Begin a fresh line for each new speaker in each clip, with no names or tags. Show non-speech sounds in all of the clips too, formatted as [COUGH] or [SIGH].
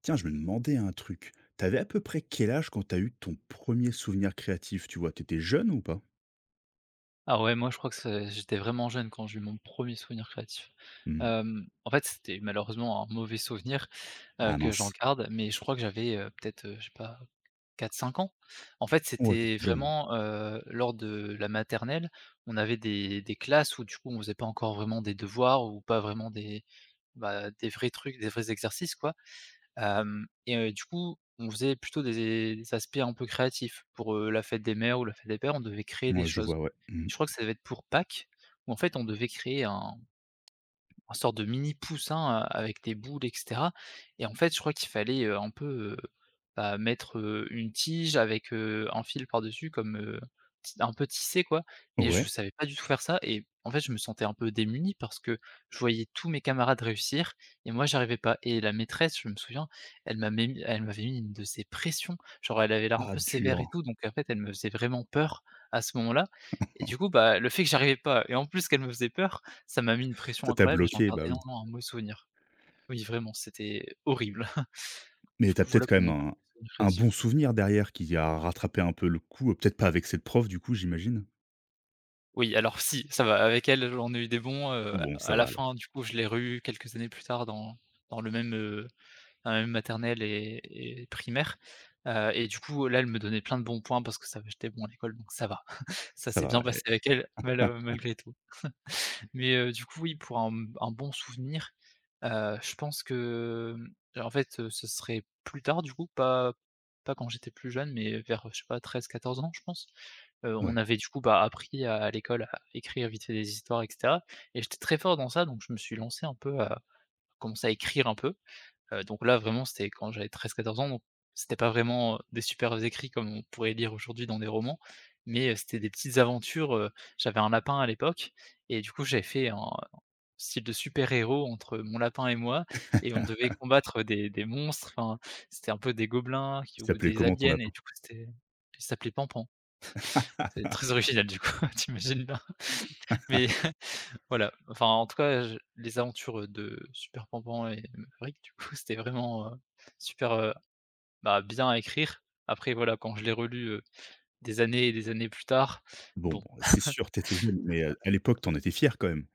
Tiens, je me demandais un truc. T'avais à peu près quel âge quand t'as eu ton premier souvenir créatif, tu vois? T'étais jeune ou pas?
Ah ouais, moi je crois que c'est j'étais vraiment jeune quand j'ai eu mon premier souvenir créatif.
Mmh.
En fait, c'était malheureusement un mauvais souvenir,
Ah
que j'en
mince.
garde, mais je crois que j'avais, peut-être, je sais pas quatre cinq ans. En fait,
Ouais, tu étais
c'était
jeune, hein.
vraiment, lors de la maternelle, on avait des classes où du coup, on faisait pas encore vraiment des devoirs ou pas vraiment des, bah, des vrais trucs, des vrais exercices quoi. Hem et Du coup, on faisait plutôt des aspects un peu créatifs. Pour, la fête des mères ou la fête des pères, on devait créer des
Ouais, je
choses.
vois, ouais. Mmh.
Je crois que ça devait être pour Pâques, où en fait on devait créer un sorte de mini poussin, avec des boules et cetera et en fait, je crois qu'il fallait, un peu, bah, mettre, une tige avec, un fil par-dessus comme, ti un peu tissé quoi, mais je
Ouais.
savais pas du tout faire ça et en fait, je me sentais un peu démuni parce que je voyais tous mes camarades réussir et moi, j'arrivais pas et la maîtresse, je me souviens, elle m'avait mis une de ces pressions, genre elle avait l'air un
Ah
peu sévère
dur.
et tout donc en fait, elle me faisait vraiment peur à ce moment-là et du coup,
[LAUGHS]
bah, le fait que j'arrivais pas et en plus qu'elle me faisait peur ça m'a mis une pression
Ça t'a
incroyable et j'en
bloqué,
garde
bah oui.
énormément un mauvais souvenir. Oui, vraiment, c'était horrible. [LAUGHS]
Mais
Du
t'as
coup,
peut-être
voilà
quand
pour
même
mon premier souvenir
un
créatif.
bon souvenir derrière qui a rattrapé un peu le coup, peut-être pas avec cette prof du coup, j'imagine?
Oui, alors si, ça va, avec elle, j'en ai eu des bons,
Bon, ça
à la
va
fin,
alors.
du coup, je l'ai re-eue quelques années plus tard dans dans le même, heu, dans la même maternelle et primaire, et du coup, là, elle me donnait plein de bons points parce que ça va j'étais bon à l'école, donc ça va. [LAUGHS] Ça
Ça
s'est bien
va,
passé
ouais.
avec elle, malgré tout. Mais du coup, oui, pour un un bon souvenir, je pense que, mmh, en fait, ce serait plus tard du coup, pas quand j'étais plus jeune, mais vers, je sais pas, treize, quatorze ans, je pense. On
Ouais.
avait du coup, bah, appris à l'école à écrire vite fait des histoires et cetera et j'étais très fort dans ça, donc je me suis lancé un peu à commencer à écrire un peu. Donc là, vraiment, c'était quand j'avais 13-14 ans, donc c'était pas vraiment, des superbes écrits comme on pourrait lire aujourd'hui dans des romans, mais c'était des petites aventures, j'avais un lapin à l'époque et du coup, j'avais fait un style de super-héros entre mon lapin et moi et on devait
[LAUGHS]
combattre des monstres, enfin, c'était un peu des gobelins qui
Il
ou
s'appelait
des
comment ton
aliens et
lapin?
du coup, c'était. Il s'appelait Panpan. C'est très original du coup, [LAUGHS] t'imagines imagines bien. Mais [LAUGHS] voilà, enfin, en tout cas, je les aventures de Super Panpan et Maverick, du coup, c'était vraiment, super, bah, bien à écrire. Après voilà, quand je l'ai relu, des années et des années plus tard,
Bon,
bon.
bon, c'est sûr, t'étais jeune, mais à l'époque, t'en étais fier quand même.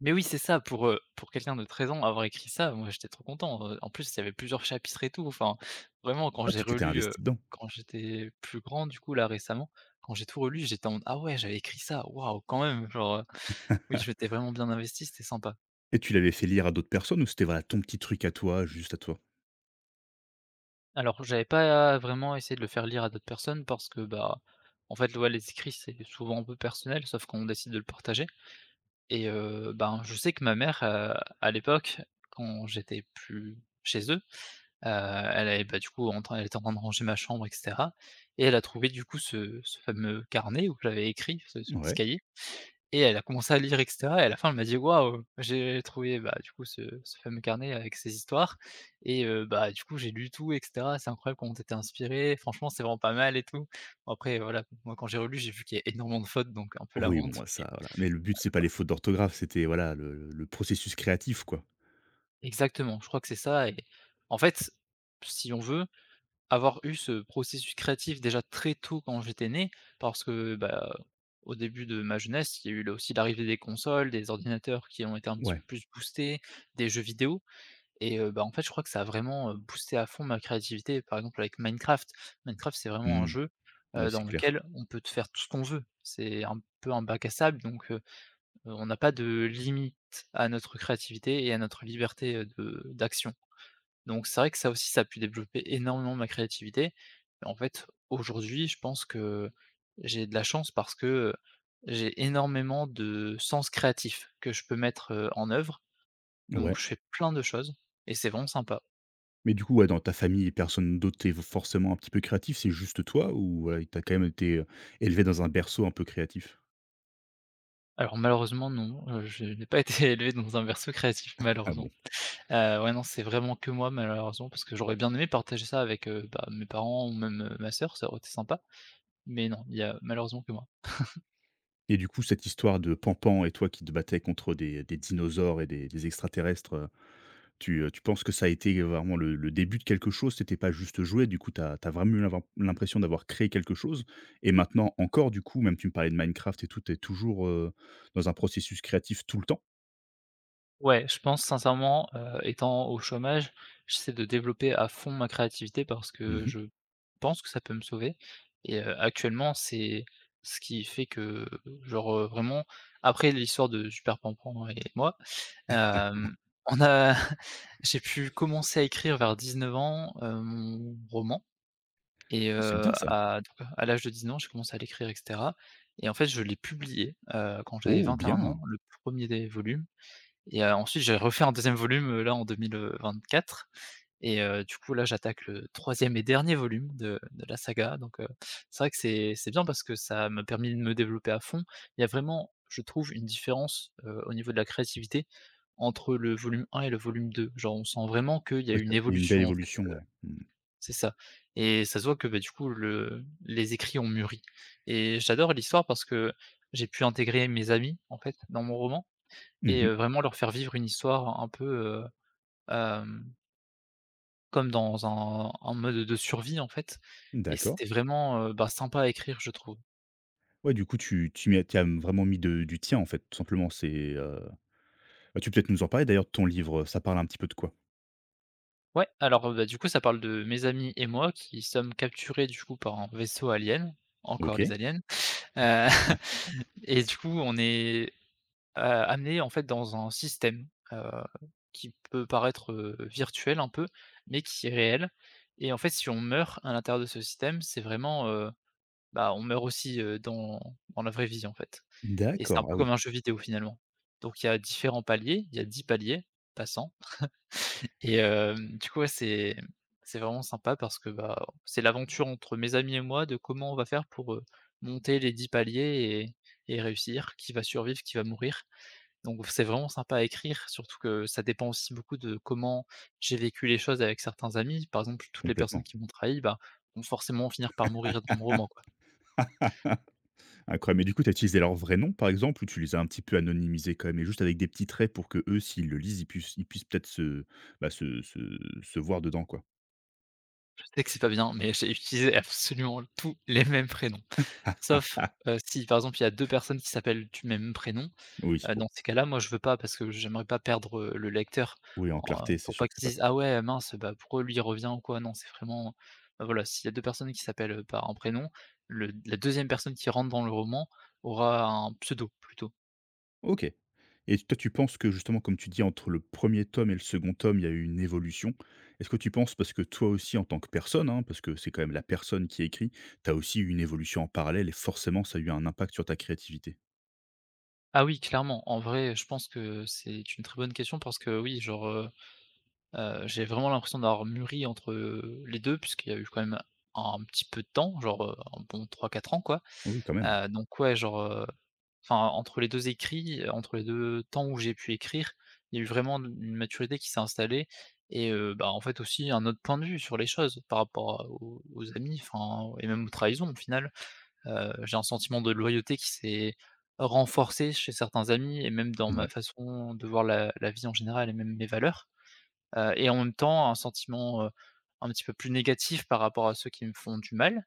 Mais oui, c'est ça, pour quelqu'un de 13 ans, avoir écrit ça, moi, j'étais trop content, en plus, il y avait plusieurs chapitres et tout, enfin, vraiment quand
Ah,
j'ai
tu t'étais
relu,
investi dedans
quand j'étais plus grand, du coup, là, récemment, quand j'ai tout relu, j'étais en mode: «Ah ouais, j'avais écrit ça, waouh, quand même!» genre, oui, je m'étais vraiment bien investi, c'était sympa.
et tu l'avais fait lire à d'autres personnes ou c'était, voilà, ton petit truc à toi, juste à toi?
Alors j'avais pas vraiment essayé de le faire lire à d'autres personnes parce que, bah, en fait, ouais, les écrits, c'est souvent un peu personnel, sauf qu'on décide de le partager. Et ben, je sais que ma mère, à l'époque, quand j'étais plus chez eux, elle avait, bah, du coup, en train elle était en train de ranger ma chambre et cetera et elle a trouvé, du coup, ce fameux carnet où j'avais écrit, ce petit
Ouais.
cahier et elle a commencé à lire et cetera et à la fin, elle m'a dit: «Waouh, j'ai trouvé, bah, du coup, ce fameux carnet avec ces histoires et bah, du coup, j'ai lu tout et cetera. C'est incroyable comment tu inspiré. Franchement, c'est vraiment pas mal et tout». Bon, après, voilà, moi, quand j'ai relu, j'ai vu qu'il y a énormément de fautes, donc un peu la
Oui, bon,
honte.
bah, ça, voilà, mais le but, c'est pas les fautes d'orthographe, c'était, voilà, le processus créatif, quoi.
Exactement, je crois que c'est ça et en fait, si on veut, avoir eu ce processus créatif déjà très tôt quand j'étais né, parce que, bah, au début de ma jeunesse, il y a eu là aussi l'arrivée des consoles, des ordinateurs qui ont été un petit peu
Ouais.
plus boostés, des jeux vidéo et bah, en fait, je crois que ça a vraiment, boosté à fond ma créativité. Par exemple avec Minecraft. Minecraft, c'est vraiment un
Mmh.
jeu,
Oui,
dans
c'est clair.
lequel on peut te faire tout ce qu'on veut. C'est un peu un bac à sable donc on n'a pas de limite à notre créativité et à notre liberté, de d'action. Donc c'est vrai que ça aussi, ça a pu développer énormément ma créativité. En fait, aujourd'hui, je pense que j'ai de la chance parce que, j'ai énormément de sens créatif que je peux mettre, en œuvre. Donc
Ouais,
je fais plein de choses et c'est vraiment sympa.
mais du coup, ouais, dans ta famille, personne d'autre est forcément un petit peu créatif, c'est juste toi ou, tu quand même été, élevé dans un berceau un peu créatif?
Alors malheureusement non, je n'ai pas [LAUGHS] été élevé dans un berceau créatif
Ah
malheureusement.
bon.
Ouais non, c'est vraiment que moi malheureusement parce que j'aurais bien aimé partager ça avec, bah, mes parents ou même, ma sœur, ça aurait été sympa. Mais non, il y a malheureusement que moi.
Et du coup, cette histoire de pan et toi qui te battais contre des dinosaures et des extraterrestres, tu penses que ça a été vraiment le début de quelque chose? C'était pas juste jouer, du coup, tu as vraiment eu l'impression d'avoir créé quelque chose et maintenant encore, du coup, même tu me parlais de Minecraft et tout, tu es toujours, dans un processus créatif tout le temps?
Ouais, je pense sincèrement, étant au chômage, j'essaie de développer à fond ma créativité parce que
Mmh.
je pense que ça peut me sauver et actuellement, c'est ce qui fait que, genre, vraiment après l'histoire de Super Pampan et moi, hem, on a [LAUGHS] j'ai pu commencer à écrire vers 19 ans, mon roman et
C'est bien ça.
à donc à l'âge de 19 ans, j'ai commencé à l'écrire et cetera et en fait, je l'ai publié, quand j'avais
Oh
21 ans,
bien!
le premier er des volumes et ensuite j'ai refait un deuxième volume, là en 2024 et du coup là j'attaque le troisième et dernier volume de la saga donc c'est vrai que c'est bien parce que ça m'a permis de me développer à fond. Il y a vraiment, je trouve, une différence, au niveau de la créativité entre le volume 1 et le volume 2. Genre on sent vraiment qu'il y a
Ouais, tu
une
une belle
évolution en fait,
évolution, ouais. Mmh.
c'est ça et ça se voit que, bah, du coup le les écrits ont mûri et j'adore l'histoire parce que j'ai pu intégrer mes amis en fait dans mon roman et
Mmh.
vraiment leur faire vivre une histoire un peu, hem, comme dans un mode de survie, en fait et
D'accord.
c'était vraiment, bah, sympa à écrire, je trouve.
Ouais, du coup, tu tu y as tu as vraiment mis de du tien, en fait, tout simplement. C'est, bah, tu peux peut-être nous en parler d'ailleurs de ton livre, ça parle un petit peu de quoi?
Ouais, alors, bah, du coup, ça parle de mes amis et moi qui sommes capturés, du coup, par un vaisseau alien, encore les
OK,
aliens, heu [LAUGHS] et du coup, on est, amenés, en fait, dans un système, heu, qui peut paraître, virtuel un peu, mais qui est réel et en fait, si on meurt à l'intérieur de ce système, c'est vraiment, bah, on meurt aussi, dans dans la vraie vie, en fait et c'est un
d'accord. Ah
peu comme
oui,
un jeu vidéo, finalement. Donc il y a différents paliers, il y a 10 paliers passants et du coup, ouais, c'est vraiment sympa parce que, bah, c'est l'aventure entre mes amis et moi de comment on va faire pour, monter les 10 paliers et réussir, qui va survivre, qui va mourir. Donc c'est vraiment sympa à écrire, surtout que ça dépend aussi beaucoup de comment j'ai vécu les choses avec certains amis. Par exemple, toutes les personnes
complètement.
qui m'ont trahi, bah, vont forcément finir par mourir dans mon roman, quoi.
[LAUGHS] Incroyable. Mais du coup, tu as utilisé leur vrai nom, par exemple, ou tu les as un petit peu anonymisés quand même, et juste avec des petits traits pour que eux, s'ils le lisent, ils puissent peut-être se, bah, se, se, se voir dedans, quoi.
C'est que c'est pas bien, mais j'ai utilisé absolument tous les mêmes prénoms. Sauf, si par exemple il y a 2 personnes qui s'appellent du même prénom,
Oui, bon.
dans ces cas-là, moi je veux pas parce que j'aimerais pas perdre, le lecteur
Oui, en
en
clarté, c'est
pour
sûr
pas
que c'est
qu'il
pas.
se dise: «Ah ouais, mince, bah, pourquoi lui il revient ou quoi?» non, c'est vraiment bah, voilà, s'il y a 2 personnes qui s'appellent, par un prénom, le la deuxième personne qui rentre dans le roman aura un pseudo plutôt.
OK. Et toi, tu penses que justement, comme tu dis, entre le premier tome et le second tome, il y a eu une évolution. Est-ce que tu penses, parce que toi aussi, en tant que personne, hein, parce que c'est quand même la personne qui écrit, tu as aussi eu une évolution en parallèle et forcément, ça a eu un impact sur ta créativité.
Ah oui, clairement, en vrai, je pense que c'est une très bonne question parce que oui, genre, j'ai vraiment l'impression d'avoir mûri entre, les 2, puisqu'il y a eu quand même un petit peu de temps, genre, un bon 3-4 ans quoi.
Oui, quand même.
Donc ouais, genre, enfin entre les 2 écrits, entre les 2 temps où j'ai pu écrire, il y a eu vraiment une maturité qui s'est installée et bah, en fait aussi un autre point de vue sur les choses par rapport à aux amis, enfin et même aux trahisons au final. J'ai un sentiment de loyauté qui s'est renforcé chez certains amis et même dans ma
Ouais.
façon de voir la vie en général et même mes valeurs. Et en même temps, un sentiment, un petit peu plus négatif par rapport à ceux qui me font du mal,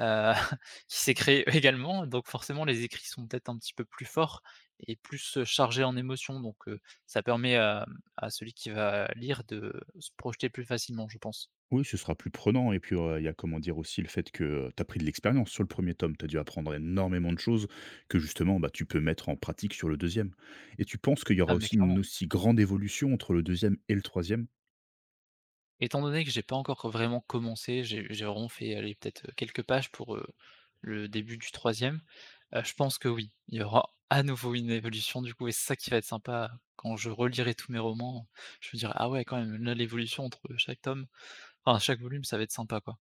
heu, [LAUGHS] qui s'est créé [LAUGHS] également. Donc forcément, les écrits sont peut-être un petit peu plus forts et plus, chargés en émotions. Donc, ça permet à, mmh, à celui qui va lire de se projeter plus facilement, je pense.
Oui, ce sera plus prenant et puis, il y a comment dire aussi le fait que, tu as pris de l'expérience sur le premier tome. Tu as dû apprendre énormément de choses que justement, bah, tu peux mettre en pratique sur le deuxième. Et tu penses qu'il y
Ah
aura
mais
aussi une
clairement.
aussi grande évolution entre le deuxième et le troisième?
Étant donné que j'ai pas encore vraiment commencé, j'ai vraiment fait, aller peut-être, quelques pages pour, le début du troisième. E Je pense que oui, il y aura à nouveau une évolution du coup et c'est ça qui va être sympa quand je relirai tous mes romans, je me dirai: «Ah ouais quand même, là l'évolution entre chaque tome, enfin chaque volume, ça va être sympa quoi».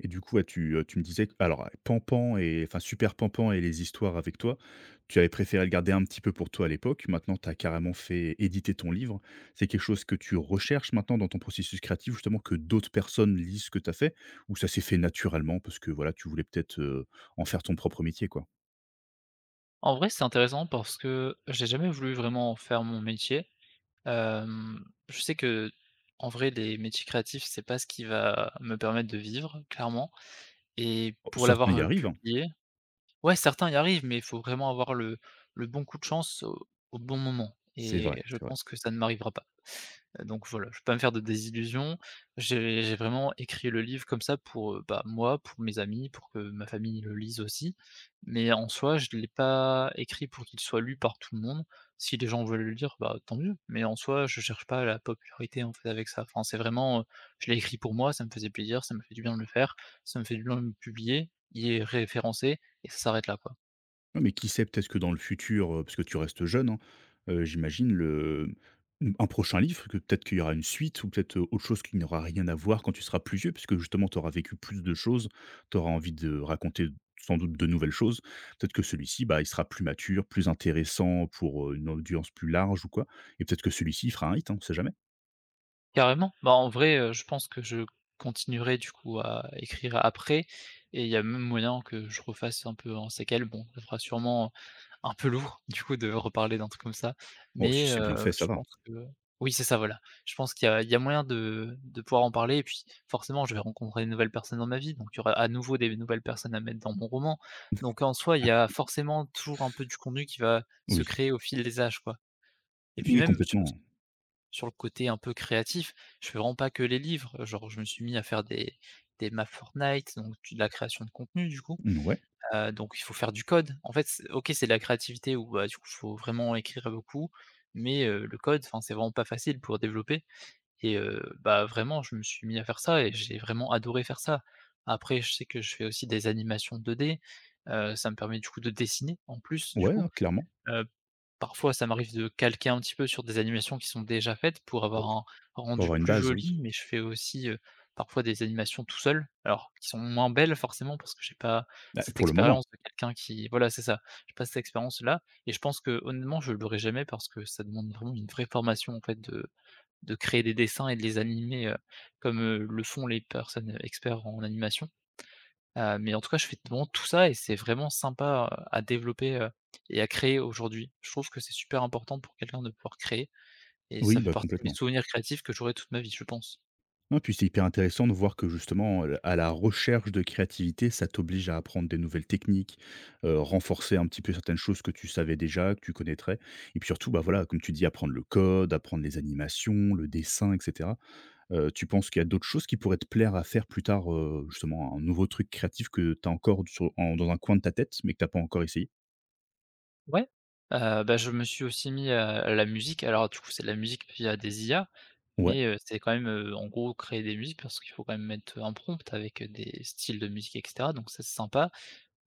Et du coup, ouais, tu me disais q alors Pan et enfin, Super pampan et les histoires avec toi, tu avais préféré le garder un petit peu pour toi à l'époque. Maintenant, tu as carrément fait éditer ton livre. C'est quelque chose que tu recherches maintenant dans ton processus créatif, justement, que d'autres personnes lisent ce que tu as fait? Ou ça s'est fait naturellement parce que, voilà, tu voulais peut-être, en faire ton propre métier, quoi?
En vrai, c'est intéressant parce que j'ai jamais voulu vraiment en faire mon métier, hem, je sais que en vrai les métiers créatifs, c'est pas ce qui va me permettre de vivre, clairement et
Oh,
pour
certains
l'avoir,
y arrivent, hein.
publié. Ouais, certains y arrivent, mais il faut vraiment avoir le bon coup de chance au au bon moment
C'est vrai,
et je
c'est vrai.
pense que ça ne m'arrivera pas. Donc voilà, je peux pas me faire de désillusions. J'ai vraiment écrit le livre comme ça pour, bah, moi, pour mes amis, pour que ma famille le lise aussi. Mais en soi, je ne l'ai pas écrit pour qu'il soit lu par tout le monde. Si les gens veulent le lire, bah, tant mieux, mais en soi, je cherche pas la popularité, en fait, avec ça. Enfin, c'est vraiment, je l'ai écrit pour moi, ça me faisait plaisir, ça me fait du bien de le faire, ça me fait du bien de le publier, il est référencé et ça s'arrête là, quoi.
Non, mais qui sait, peut-être que dans le futur, parce que tu restes jeune, hein, j'imagine le mmh, un prochain livre, que peut-être qu'il y aura une suite ou peut-être, autre chose qui n'aura rien à voir quand tu seras plus vieux, puisque justement tu auras vécu plus de choses, tu auras envie de raconter sans doute de nouvelles choses. Peut-être que celui-ci, bah, il sera plus mature, plus intéressant pour, une audience plus large ou quoi et peut-être que celui-ci, il fera un hit, hein, on sait jamais.
Carrément. Bah, en vrai, je pense que je continuerai du coup à écrire après et il y a même moyen que je refasse un peu en séquelles. Bon, ça fera sûrement un peu lourd [LAUGHS] du coup de reparler d'un truc comme ça,
Oh, si
mais
c'est bien fait, ça
je
va.
pense que oui, c'est ça, voilà. Je pense qu'il y a moyen de pouvoir en parler et puis forcément, je vais rencontrer de nouvelles personnes dans ma vie, donc il y aura à nouveau des nouvelles personnes à mettre dans mon roman. Donc en soi, il y a forcément toujours un peu du contenu qui va se
Oui,
créer au fil des âges, quoi. Et puis
oui,
même
complètement.
sur le côté un peu créatif, je fais vraiment pas que les livres, genre je me suis mis à faire des maps Fortnite, donc de la création de contenu du coup,
Mmh, ouais,
donc il faut faire du code. En fait, c'est OK, c'est de la créativité où, bah, du coup, faut vraiment écrire beaucoup, mais le code, enfin, c'est vraiment pas facile pour développer et bah, vraiment je me suis mis à faire ça et j'ai vraiment adoré faire ça. Après je sais que je fais aussi des animations 2D, ça me permet du coup de dessiner en plus du
ouais,
coup,
hein, clairement.
heu Parfois, ça m'arrive de calquer un petit peu sur des animations qui sont déjà faites pour
Bon,
avoir un
pour
rendu
avoir une
plus
base, oui.
joli, mais je fais aussi, parfois des animations tout seul, alors qui sont moins belles forcément parce que j'ai pas
Bah,
cette
pour le moment.
expérience de quelqu'un qui voilà, c'est ça, j'ai pas cette expérience-là et je pense que honnêtement, je l'aurai jamais parce que ça demande vraiment une vraie formation en fait de créer des dessins et de les animer, comme, le font les personnes, experts en animation. Mais en tout cas, je fais vraiment tout ça et c'est vraiment sympa, à développer, et à créer aujourd'hui. Je trouve que c'est super important pour quelqu'un de pouvoir créer et ça
Oui,
fait
bah,
partie de mes
complètement.
souvenirs créatifs que j'aurai toute ma vie, je pense.
Non, puis c'est hyper intéressant de voir que justement, à la recherche de créativité, ça t'oblige à apprendre des nouvelles techniques, renforcer un petit peu certaines choses que tu savais déjà, que tu connaîtrais et puis surtout, bah, voilà, comme tu dis, apprendre le code, apprendre les animations, le dessin et cetera. Tu penses qu'il y a d'autres choses qui pourraient te plaire à faire plus tard, justement un nouveau truc créatif que tu as encore sur en dans un coin de ta tête, mais que tu pas encore essayé?
Ouais, bah, je me suis aussi mis à la musique. Alors du coup, c'est de la musique via des IA,
Ouais.
mais c'est quand même, en gros, créer des musiques parce qu'il faut quand même mettre un prompt avec des styles de musique et cetera, donc ça, c'est sympa.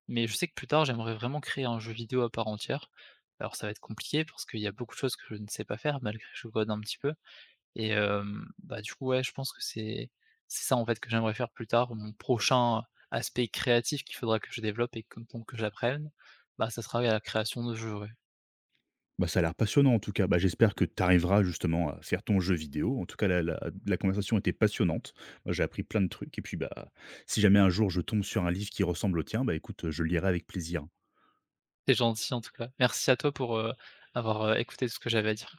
Mais je sais que plus tard, j'aimerais vraiment créer un jeu vidéo à part entière. Alors ça va être compliqué parce qu'il y a beaucoup de choses que je ne sais pas faire malgré que je code un petit peu. Et bah, du coup, ouais, je pense que c'est ça, en fait, que j'aimerais faire plus tard. Mon prochain aspect créatif qu'il faudra que je développe et que donc que j'apprenne, bah, ça sera, ouais, la création de jeux, ouais.
Bah, ça a l'air passionnant en tout cas. Bah, j'espère que tu arriveras justement à faire ton jeu vidéo. En tout cas, la conversation était passionnante. Moi, j'ai appris plein de trucs. Et puis, bah, si jamais un jour je tombe sur un livre qui ressemble au tien, bah, écoute, je le lirai avec plaisir.
C'est gentil, en tout cas. Merci à toi pour, avoir, écouté tout ce que j'avais à dire.